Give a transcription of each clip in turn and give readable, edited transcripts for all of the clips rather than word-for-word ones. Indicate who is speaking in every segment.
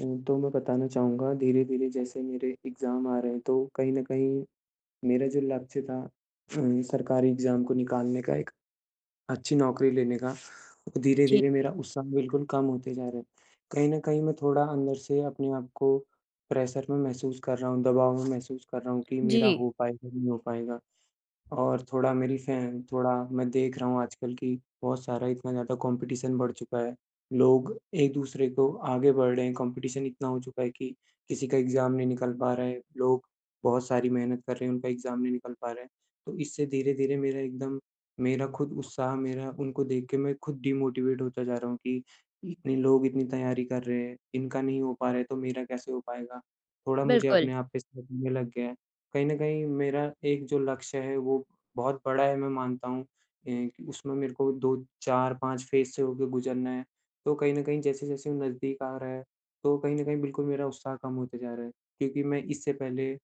Speaker 1: तो मैं बताना चाहूँगा, धीरे-धीरे जैसे मेरे एग्ज़ाम आ रहे हैं, तो कहीं न कहीं मेरा जो लक्ष्य था, सरकारी एग्ज़ाम को निकालने का, एक अच्छी नौकरी लेने का, वो
Speaker 2: जी,
Speaker 1: धीरे-धीरे मेरा उत्साह बिल्कुल कम होते जा रहा है। कहीं न कहीं मैं थोड़ा अंदर से अपने आप को प्रेशर में महसूस कर रहा हूँ, दबाव में महसूस कर रहा हूँ कि मेरा
Speaker 2: जी,
Speaker 1: हो पाएगा, नहीं हो पाएगा। और थोड़ा मेरी फैन थोड़ा मैं देख रहा हूँ आजकल, कि बहुत सारा इतना ज़्यादा कॉम्पिटिशन बढ़ चुका है। लोग एक-दूसरे को आगे बढ़ रहे हैं, कॉम्पिटिशन इतना हो चुका है कि किसी का एग्ज़ाम नहीं निकल पा रहा है। लोग बहुत सारी मेहनत कर रहे हैं, उनका एग्ज़ाम नहीं निकल पा रहा है। तो इससे धीरे-धीरे मेरा एकदम, मेरा खुद उत्साह, मेरा उनको देख के मैं खुद डिमोटिवेट होता जा रहा हूँ, कि इतने लोग इतनी तैयारी कर रहे हैं, इनका नहीं हो पा रहा है, तो मेरा कैसे हो पाएगा? थोड़ा मुझे
Speaker 2: बिल्कुल,
Speaker 1: अपने आप पे शक होने लग गया है। कहीं न कहीं मेरा एक जो लक्ष्य है, वो बहुत बड़ा है, मैं मानता हूँ, कि उसमें मेरे को 2, 4, 5 फ़ेज़ से होके गुज़रना है। तो कहीं न कहीं जैसे-जैसे वो नज़दीक आ रहा है, तो कहीं न कहीं बिल्कुल मेरा उत्साह कम होते जा रहा है, क्योंकि मैं इससे पहले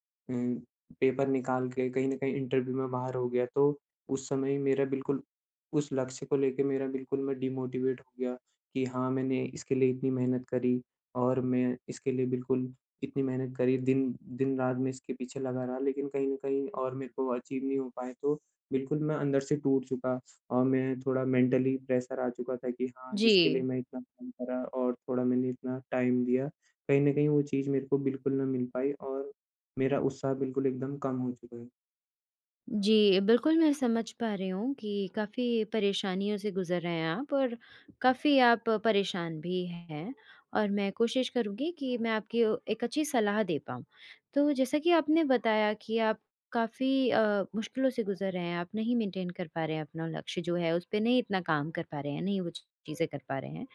Speaker 1: पेपर निकाल के कहीं न कहीं इंटरव्यू में बाहर हो गया, तो उस समय ही मेरा बिल्कुल उस लक्ष्य को लेके, मेरा बिल्कुल, मैं डिमोटिवेट हो गया कि हाँ, मैंने इसके लिए इतनी मेहनत करी, और मैं इसके लिए बिल्कुल इतनी मेहनत करी, दिन-रात मैं इसके पीछे लगा रहा, लेकिन कहीं न कहीं और मेरे को अचीव नहीं हो पाए, तो बिल्कुल मैं अंदर से टूट चुका, और मैं थोड़ा मेंटली प्रेशर आ चुका था, कि हाँ,
Speaker 2: जी।
Speaker 1: जिसके लिए मैं इतना काम करा और थोड़ा मैंने इतना टाइम दिया, कहीं न कहीं वो चीज़ मेरे को बिल्कुल ना मिल पाई, और मेरा उत्साह बिल्कुल एकदम कम हो चुका है।
Speaker 2: जी, बिल्कुल मैं समझ पा रही हूँ कि काफ़ी परेशानियों से गुज़र रहे हैं आप और काफ़ी आप परेशान भी हैं और मैं कोशिश करूँगी कि मैं आपकी एक अच्छी सलाह दे पाऊँ। तो जैसा कि आपने बताया कि आप काफ़ी मुश्किलों से गुज़र रहे हैं, आप नहीं मेंटेन कर पा रहे हैं अपना लक्ष्य जो है, उस पे नहीं इतना काम कर पा रहे हैं, नहीं वो चीज़ें कर पा रहे हैं।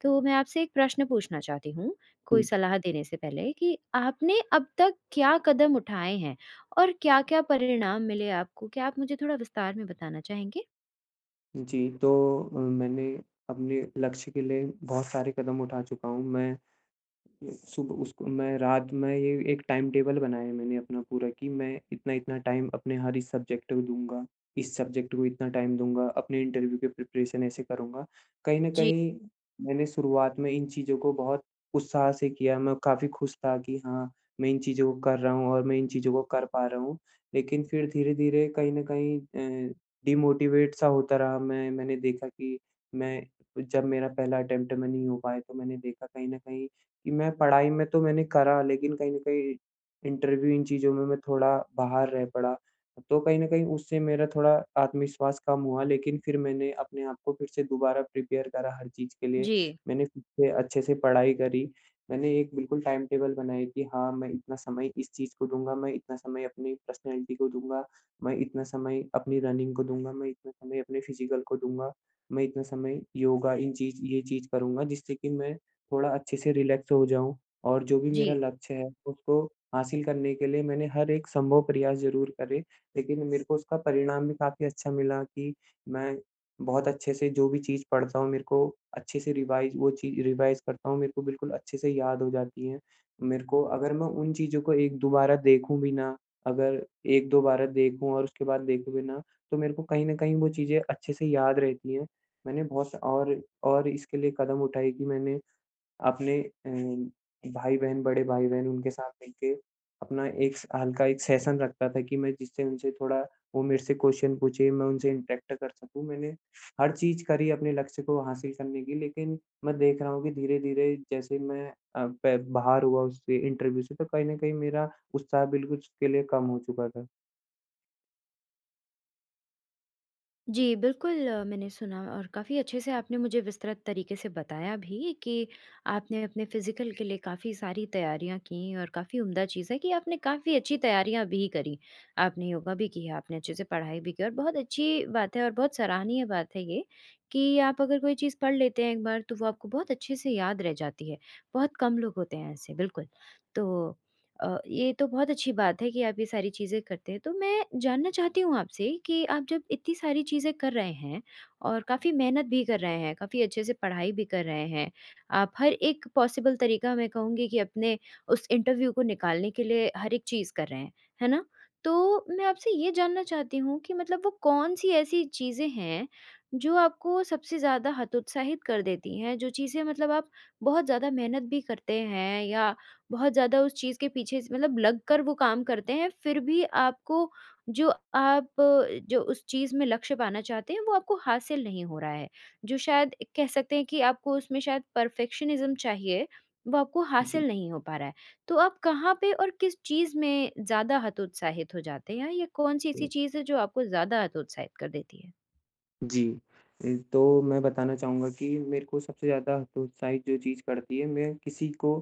Speaker 2: तो मैं आपसे एक प्रश्न पूछना चाहती हूँ, कोई
Speaker 1: जी।
Speaker 2: सलाह देने से पहले कि आपने अब तक क्या कदम उठाए हैं? और क्या-क्या परिणाम मिले आपको? क्या आप मुझे थोड़ा विस्तार में बताना चाहेंगे?
Speaker 1: जी, तो मैंने अपने लक्ष्य के लिए बहुत सारे कदम उठा चुका हूँ। मैं सुबह उसको, मैं रात में, ये एक टाइम टेबल बनाया है मैंने अपना पूरा, कि मैं इतना-इतना टाइम अपने हर इस सब्जेक्ट को दूँगा, इस सब्जेक्ट को इतना टाइम दूँगा, अपने इंटरव्यू के प्रिपरेशन ऐसे करूँगा। कहीं न
Speaker 2: जी,
Speaker 1: कहीं मैंने शुरुआत में इन चीज़ों को बहुत उत्साह से किया, मैं काफ़ी खुश था कि हाँ, मैं इन चीज़ों को कर रहा हूँ और मैं इन चीज़ों को कर पा रहा हूँ। लेकिन फिर धीरे-धीरे कहीं न कहीं अ, डिमोटिवेट सा होता रहा मैंने देखा कि मैं, जब मेरा पहला अटेम्प्ट में नहीं हो पाया, तो मैंने देखा कहीं न कहीं कि मैं पढ़ाई में तो मैंने करा, लेकिन कहीं न कहीं इंटरव्यू इन चीज़ों में मैं थोड़ा बाहर रह पड़ा। तो कहीं न कहीं उससे मेरा थोड़ा आत्मविश्वास कम हुआ, लेकिन फिर मैंने अपने आप को फिर से दोबारा प्रिपेयर करा हर चीज़ के लिए।
Speaker 2: जी,
Speaker 1: मैंने खुद से अच्छे से पढ़ाई करी। मैंने एक बिल्कुल टाइम टेबल बनाई कि हाँ, मैं इतना समय इस चीज़ को दूँगा, मैं इतना समय अपनी पर्सनैलिटी को दूँगा, मैं इतना समय अपनी रनिंग को दूँगा, मैं इतना समय अपने फिज़िकल को दूँगा, मैं इतना समय योगा, इन चीज़ ये चीज़ करूँगा, जिससे कि मैं थोड़ा अच्छे से रिलैक्स हो जाऊँ, और जो भी मेरा
Speaker 2: जी।
Speaker 1: लक्ष्य है, उसको हासिल करने के लिए मैंने हर एक संभव प्रयास ज़रूर करे। लेकिन मेरे को उसका परिणाम भी काफ़ी अच्छा मिला, कि मैं बहुत अच्छे से जो भी चीज़ पढ़ता हूँ, मेरे को अच्छे से रिवाइज़ वो चीज़ रिवाइज़ करता हूँ, मेरे को बिल्कुल अच्छे से याद हो जाती है। मेरे को अगर मैं उन चीज़ों को एक दोबारा देखूँ भी ना, अगर 1-2 बार देखूँ और उसके बाद देखूँ भी ना, तो मेरे को कहीं न कहीं वो चीज़ें अच्छे से याद रहती हैं। मैंने बहुत स और इसके लिए कदम उठाए कि मैंने अपने, भाई-बहन बड़े भाई-बहन उनके साथ मिल के अपना एक स हल्का एक सेशन रखता था, कि मैं, जिससे उनसे थोड़ा वो मेरे से क्वेश्चन पूछे, मैं उनसे इंटरेक्ट कर सकूँ। मैंने हर चीज़ करी अपने लक्ष्य को हासिल करने की, लेकिन मैं देख रहा हूँ कि धीरे-धीरे जैसे मैं अ, प बाहर हुआ उससे, इंटरव्यू से, तो कहीं न कहीं मेरा उत्साह बिल्कुल उसके लिए कम हो चुका था।
Speaker 2: जी, बिल्कुल मैंने सुना और काफ़ी अच्छे से आपने मुझे विस्तृत तरीके से बताया भी कि आपने अपने फ़िज़िकल के लिए काफ़ी सारी तैयारियाँ की और काफ़ी उम्दा चीज़ है कि आपने काफ़ी अच्छी तैयारियाँ भी करी। आपने योगा भी किया, आपने अच्छे से पढ़ाई भी की और बहुत अच्छी बात है और बहुत सराहनीय बात है ये कि आप अगर कोई चीज़ पढ़ लेते हैं एक बार तो वो आपको बहुत अच्छे से याद रह जाती है। बहुत कम लोग होते हैं ऐसे, बिल्कुल। तो ये तो बहुत अच्छी बात है कि आप ये सारी चीज़ें करते हैं। तो मैं जानना चाहती हूँ आपसे कि आप जब इतनी सारी चीज़ें कर रहे हैं और काफ़ी मेहनत भी कर रहे हैं, काफ़ी अच्छे से पढ़ाई भी कर रहे हैं, आप हर एक पॉसिबल तरीका मैं कहूँगी कि अपने उस इंटरव्यू को निकालने के लिए हर एक चीज़ कर रहे हैं, है ना? तो मैं आपसे ये जानना चाहती हूँ कि मतलब वो कौन-सी ऐसी चीज़ें हैं जो आपको सबसे ज़्यादा हतोत्साहित कर देती हैं? जो चीज़ें मतलब आप बहुत ज़्यादा मेहनत भी करते हैं या बहुत ज़्यादा उस चीज़ के पीछे स मतलब लग कर वो काम करते हैं, फिर भी आपको जो जो उस चीज़ में लक्ष्य पाना चाहते हैं, वो आपको हासिल नहीं हो रहा है। जो शायद कह सकते हैं कि आपको उसमें शायद परफ़ेक्शनिज़्म चाहिए, वो आपको
Speaker 1: जी।
Speaker 2: हासिल नहीं हो पा रहा है। तो आप कहाँ पे और किस चीज़ में ज़्यादा हतोत्साहित हो जाते हैं? या कौन-सी ऐसी चीज़ है जो आपको ज़्यादा हतोत्साहित कर देती है?
Speaker 1: जी, तो मैं बताना चाहूँगा कि मेरे को सबसे ज़्यादा हतोत्साहित जो चीज़ करती है, मैं किसी को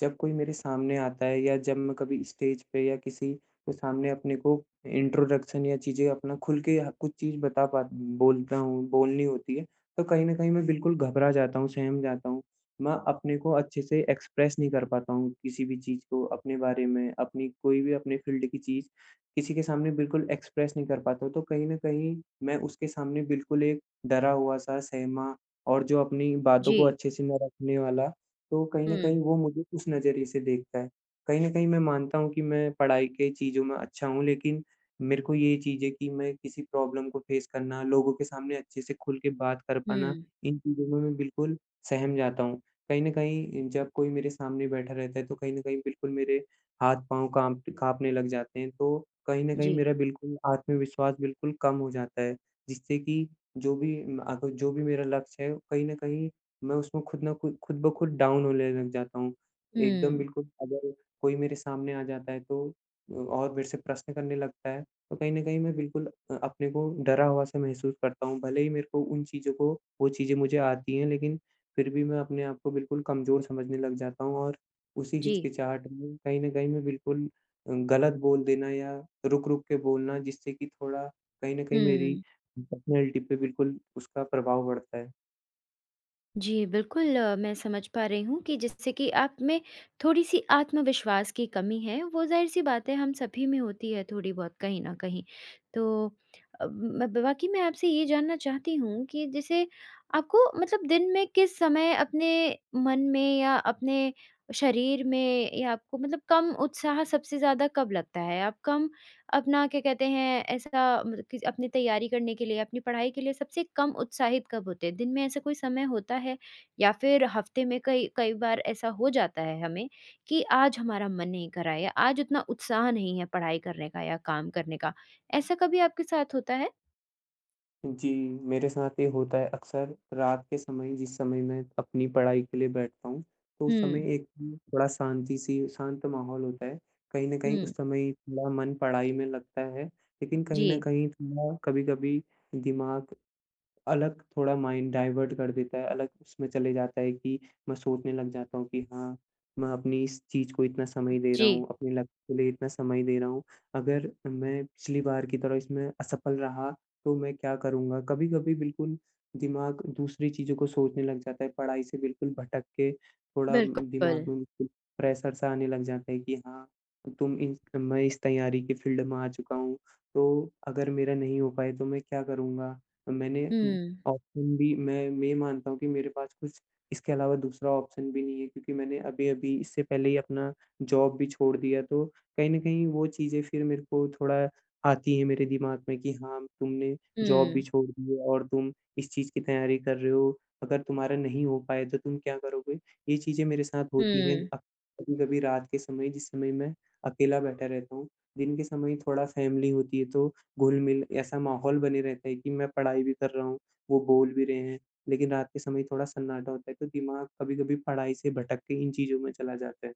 Speaker 1: जब कोई मेरे सामने आता है, या जब मैं कभी स्टेज पे या किसी के सामने अपने को इंट्रोडक्शन या चीज़ें अपना खुल के ह कुछ चीज़ बता पा बोलता हूँ बोलनी होती है, तो कहीं न कहीं मैं बिल्कुल घबरा जाता हूँ, सहम जाता हूँ। मैं अपने को अच्छे से एक्सप्रेस नहीं कर पाता हूँ, किसी भी चीज़ को अपने बारे में, अपनी कोई भी अपने फ़ील्ड की चीज़ किसी के सामने बिल्कुल एक्सप्रेस नहीं कर पाता हूँ, तो कहीं न कहीं मैं उसके सामने बिल्कुल एक डरा हुआ-सा, सहमा, और जो अपनी बातों
Speaker 2: जी।
Speaker 1: को अच्छे से ना रखने वाला, तो कहीं न
Speaker 2: हुँ,
Speaker 1: कहीं वो मुझे उस नज़रिए से देखता है। कहीं न कहीं मैं मानता हूँ कि मैं पढ़ाई के चीज़ों में अच्छा हूँ, लेकिन मेरे को ये चीज़ है कि मैं किसी प्रॉब्लम को फेस करना, लोगों के सामने अच्छे से खुल के बात कर पाना,
Speaker 2: हुँ।
Speaker 1: इन चीज़ों में मैं बिल्कुल सहम जाता हूँ। कहीं न कहीं जब कोई मेरे सामने बैठा रहता है, तो कहीं न कहीं बिल्कुल मेरे हाथ-पाँव काँपने लग जाते हैं, तो कहीं न कहीं
Speaker 2: जी।
Speaker 1: मेरा बिल्कुल आत्मविश्वास बिल्कुल कम हो जाता है, जिससे कि जो भी मेरा लक्ष्य है, कहीं न कहीं मैं उसमें खुद ब खुद डाउन होने लग जाता हूँ। एकदम
Speaker 2: हुँ।
Speaker 1: बिल्कुल, अगर कोई मेरे सामने आ जाता है, तो और मेरे से प्रश्न करने लगता है, तो कहीं न कहीं मैं बिल्कुल अपने को डरा हुआ सा महसूस करता हूँ। भले ही मेरे को उन चीज़ों को, वो चीज़ें मुझे आती हैं, लेकिन फिर भी मैं अपने आप को बिल्कुल कमज़ोर समझने लग जाता हूँ, और उसी
Speaker 2: जी।
Speaker 1: हिचकिचाहट में कहीं न कहीं मैं बिल्कुल गलत बोल देना या रुक-रुक के बोलना, जिससे कि थोड़ा कहीं न कहीं मेरी
Speaker 2: हुँ।
Speaker 1: पर्सनैलिटी पे बिल्कुल उसका प्रभाव पड़ता है।
Speaker 2: जी, बिल्कुल मैं समझ पा रही हूँ कि जिससे कि आप में थोड़ी-सी आत्मविश्वास की कमी है, वो ज़ाहिर-सी बात है हम सभी में होती है थोड़ी बहुत कहीं न कहीं। तो मैं बाकी मैं आपसे ये जानना चाहती हूँ कि जैसे आपको मतलब दिन में किस समय अपने मन में या अपने शरीर में या आपको मतलब कम उत्साह सबसे ज़्यादा कब लगता है? आप कम अपना क्या कहते हैं ऐसा मतलब कि अपनी तैयारी करने के लिए, अपनी पढ़ाई के लिए सबसे कम उत्साहित कब होते हैं? दिन में ऐसा कोई समय होता है या फिर हफ़्ते में कई कई बार ऐसा हो जाता है हमें कि आज हमारा मन नहीं कर रहा है या आज उतना उत्साह नहीं है पढ़ाई करने का या काम करने का। ऐसा कभी आपके साथ होता है?
Speaker 1: जी, मेरे साथ ये होता है अक्सर रात के समय, जिस समय मैं अपनी पढ़ाई के लिए बैठता हूँ, तो उस
Speaker 2: हुँ,
Speaker 1: समय एक थोड़ा शांति सी शांत माहौल होता है। कहीं न कहीं
Speaker 2: हुँ।
Speaker 1: उस समय थोड़ा मन पढ़ाई में लगता है, लेकिन
Speaker 2: जी,
Speaker 1: कहीं न कहीं थोड़ा कभी-कभी दिमाग अलग, थोड़ा माइंड डाइवर्ट कर देता है, अलग उसमें चले जाता है, कि मैं सोचने लग जाता हूँ कि हाँ, मैं अपनी इस चीज़ को इतना समय दे रहा
Speaker 2: जी।
Speaker 1: हूँ, अपने लक्ष्य के लिए इतना समय दे रहा हूँ। अगर मैं पिछली बार की तरह इसमें असफल रहा, तो मैं क्या करूँगा? कभी-कभी बिल्कुल दिमाग दूसरी चीज़ों को सोचने लग जाता है, पढ़ाई से बिल्कुल भटक के थोड़ा
Speaker 2: बिल्कुल।
Speaker 1: दिमाग में बिल्कुल प्रेशर-सा आने लग जाता है कि हाँ, तुम इन मैं इस तैयारी के फ़ील्ड में आ चुका हूँ, तो अगर मेरा नहीं हो पाए, तो मैं क्या करूँगा? मैंने
Speaker 2: हुँ,
Speaker 1: ऑप्शन भी मैं मानता हूँ कि मेरे पास कुछ इसके अलावा दूसरा ऑप्शन भी नहीं है, क्योंकि मैंने अभी-अभी इससे पहले ही अपना जॉब भी छोड़ दिया, तो कहीं न कहीं वो चीज़ें फिर मेरे को थोड़ा आती हैं मेरे दिमाग में कि हाँ, तुमने जॉब भी
Speaker 2: हुँ,
Speaker 1: छोड़ दी है और तुम इस चीज़ की तैयारी कर रहे हो, अगर तुम्हारा नहीं हो पाए तो तुम क्या करोगे? ये चीज़ें मेरे साथ होती हैं
Speaker 2: हुँ।
Speaker 1: कभी-कभी रात के समय, जिस समय मैं अकेला बैठा रहता हूँ। दिन के समय थोड़ा फ़ैमिली होती है, तो घुल-मिल ऐसा माहौल बने रहता है कि मैं पढ़ाई भी कर रहा हूँ, वो बोल भी रहे हैं, लेकिन रात के समय थोड़ा सन्नाटा होता है, तो दिमाग कभी-कभी पढ़ाई से भटक के इन चीज़ों में चला जाता है।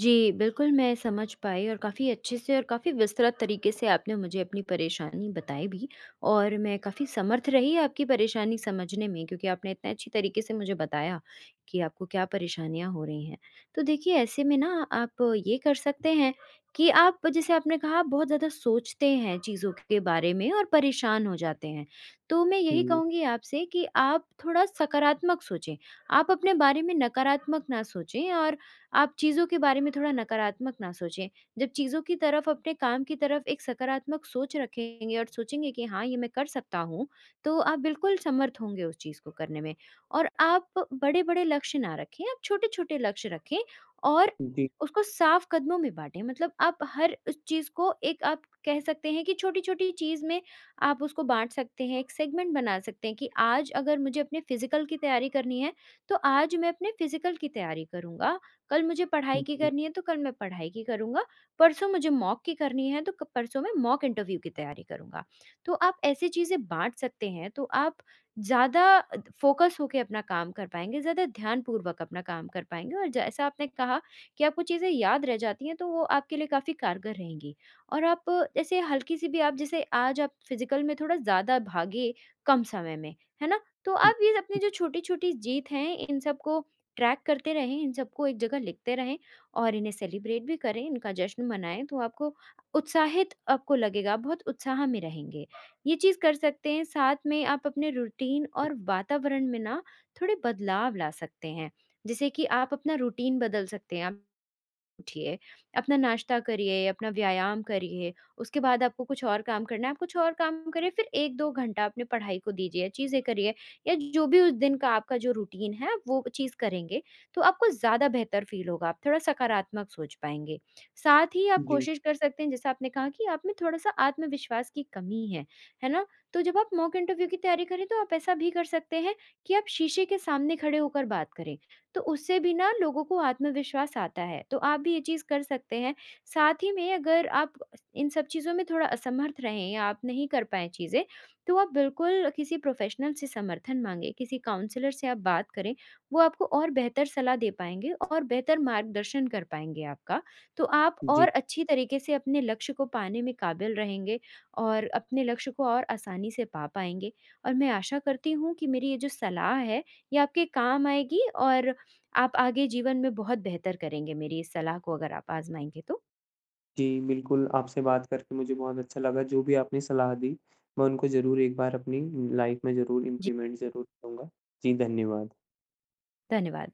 Speaker 2: जी, बिल्कुल मैं समझ पाई और काफ़ी अच्छे से और काफ़ी विस्तृत तरीके से आपने मुझे अपनी परेशानी बताई भी और मैं काफ़ी समर्थ रही आपकी परेशानी समझने में क्योंकि आपने इतने अच्छी तरीके से मुझे बताया कि आपको क्या परेशानियाँ हो रही हैं। तो देखिए ऐसे में ना आप ये कर सकते हैं कि आप जैसे आपने कहा आप बहुत ज़्यादा सोचते हैं चीज़ों के बारे में और परेशान हो जाते हैं। तो मैं यही
Speaker 1: हुँ,
Speaker 2: कहूँगी आपसे कि आप थोड़ा सकारात्मक सोचें। आप अपने बारे में नकारात्मक ना सोचें और आप चीज़ों के बारे में थोड़ा नकारात्मक ना सोचें। जब चीज़ों की तरफ अपने काम की तरफ एक सकारात्मक सोच रखेंगे और सोचेंगे कि हाँ, ये मैं कर सकता हूँ, तो आप बिल्कुल समर्थ होंगे उस चीज़ को करने में। और आप बड़े-बड़े लक्ष्य ना रखें, आप छोटे-छोटे लक्ष्य रखें और
Speaker 1: जी।
Speaker 2: उसको साफ कदमों में बाँटें। मतलब आप हर उस चीज़ को एक आप कह सकते हैं कि छोटी-छोटी चीज़ में आप उसको बाँट सकते हैं, एक सेगमेंट बना सकते हैं कि आज अगर मुझे अपने फ़िज़िकल की तैयारी करनी है, तो आज मैं अपने फ़िज़िकल की तैयारी करूँगा। कल मुझे पढ़ाई
Speaker 1: हुँ,
Speaker 2: की
Speaker 1: हुँ,
Speaker 2: करनी है, तो कल मैं पढ़ाई की करूँगा, परसों मुझे मॉक की करनी है, तो क परसों मैं मॉक इंटरव्यू की तैयारी करूँगा। तो आप ऐसी चीज़ें बाँट सकते हैं, तो आप ज़्यादा फ़ोकस होके अपना काम कर पाएँगे, ज़्यादा ध्यानपूर्वक अपना काम कर पाएँगे और जैसा आपने कहा कि आपको चीज़ें याद रह जाती हैं, तो वो आपके लिए काफ़ी कारगर रहेंगी। और आप जैसे हल्की-सी भी आप जैसे आज आप फिज़िकल में थोड़ा ज़्यादा भागे, कम समय में, है ना? तो
Speaker 1: हुँ,
Speaker 2: आप ये अपनी
Speaker 1: हुँ।
Speaker 2: जो छोटी-छोटी जीत हैं, इन सबको ट्रैक करते रहें, इन सबको एक जगह लिखते रहें और इन्हें सेलिब्रेट भी करें, इनका जश्न मनाएँ, तो आपको उत्साहित आपको लगेगा, आप बहुत उत्साह में रहेंगे। ये चीज़ कर सकते हैं, साथ में आप अपने रूटीन और वातावरण में ना थोड़े बदलाव ला सकते हैं। जैसे कि आप अपना रूटीन बदल सकते हैं, आप उठिए, अपना नाश्ता करिए, अपना व्यायाम करिए, उसके बाद आपको कुछ और काम करना है, आप कुछ और काम करिए, फिर 1-2 घंटा अपने पढ़ाई को दीजिए, चीज़ें करिए या जो भी उस दिन का आपका जो रूटीन है, आप वो चीज़ करेंगे, तो आपको ज़्यादा बेहतर फ़ील होगा, आप थोड़ा सकारात्मक सोच पाएँगे। साथ ही आप
Speaker 1: जी,
Speaker 2: कोशिश कर सकते हैं, जैसा आपने कहा कि आप में थोड़ा-सा आत्मविश्वास की कमी है ना? तो जब आप मॉक इंटरव्यू की तैयारी करें, तो आप ऐसा भी कर सकते हैं कि आप शीशे के सामने खड़े होकर बात करें। तो उससे भी ना लोगों को आत्मविश्वास आता है, तो आप भी ये चीज़ कर सकते हैं। साथ ही में अगर आप इन सब चीज़ों में थोड़ा असमर्थ रहें या आप नहीं कर पाएँ चीज़ें, तो आप बिल्कुल किसी प्रोफ़ेशनल से समर्थन माँगे, किसी काउंसलर से आप बात करें, वो आपको और बेहतर सलाह दे पाएँगे और बेहतर मार्गदर्शन कर पाएँगे आपका। तो आप और
Speaker 1: जी,
Speaker 2: अच्छी तरीके से अपने लक्ष्य को पाने में काबिल रहेंगे और अपने लक्ष्य को और आसानी से पा पाएँगे। और मैं आशा करती हूँ कि मेरी ये जो सलाह है, ये आपके काम आएगी और आप आगे जीवन में बहुत बेहतर करेंगे मेरी इस सलाह को अगर आप आज़माएँगे तो।
Speaker 1: जी, बिल्कुल आपसे बात करके मुझे बहुत अच्छा लगा। जो भी आपने सलाह दी, मैं उनको ज़रूर एक बार अपनी लाइफ़ में ज़रूर
Speaker 2: जी,
Speaker 1: इम्प्लीमेंट ज़रूर करूँगा। जी, धन्यवाद।
Speaker 2: धन्यवाद।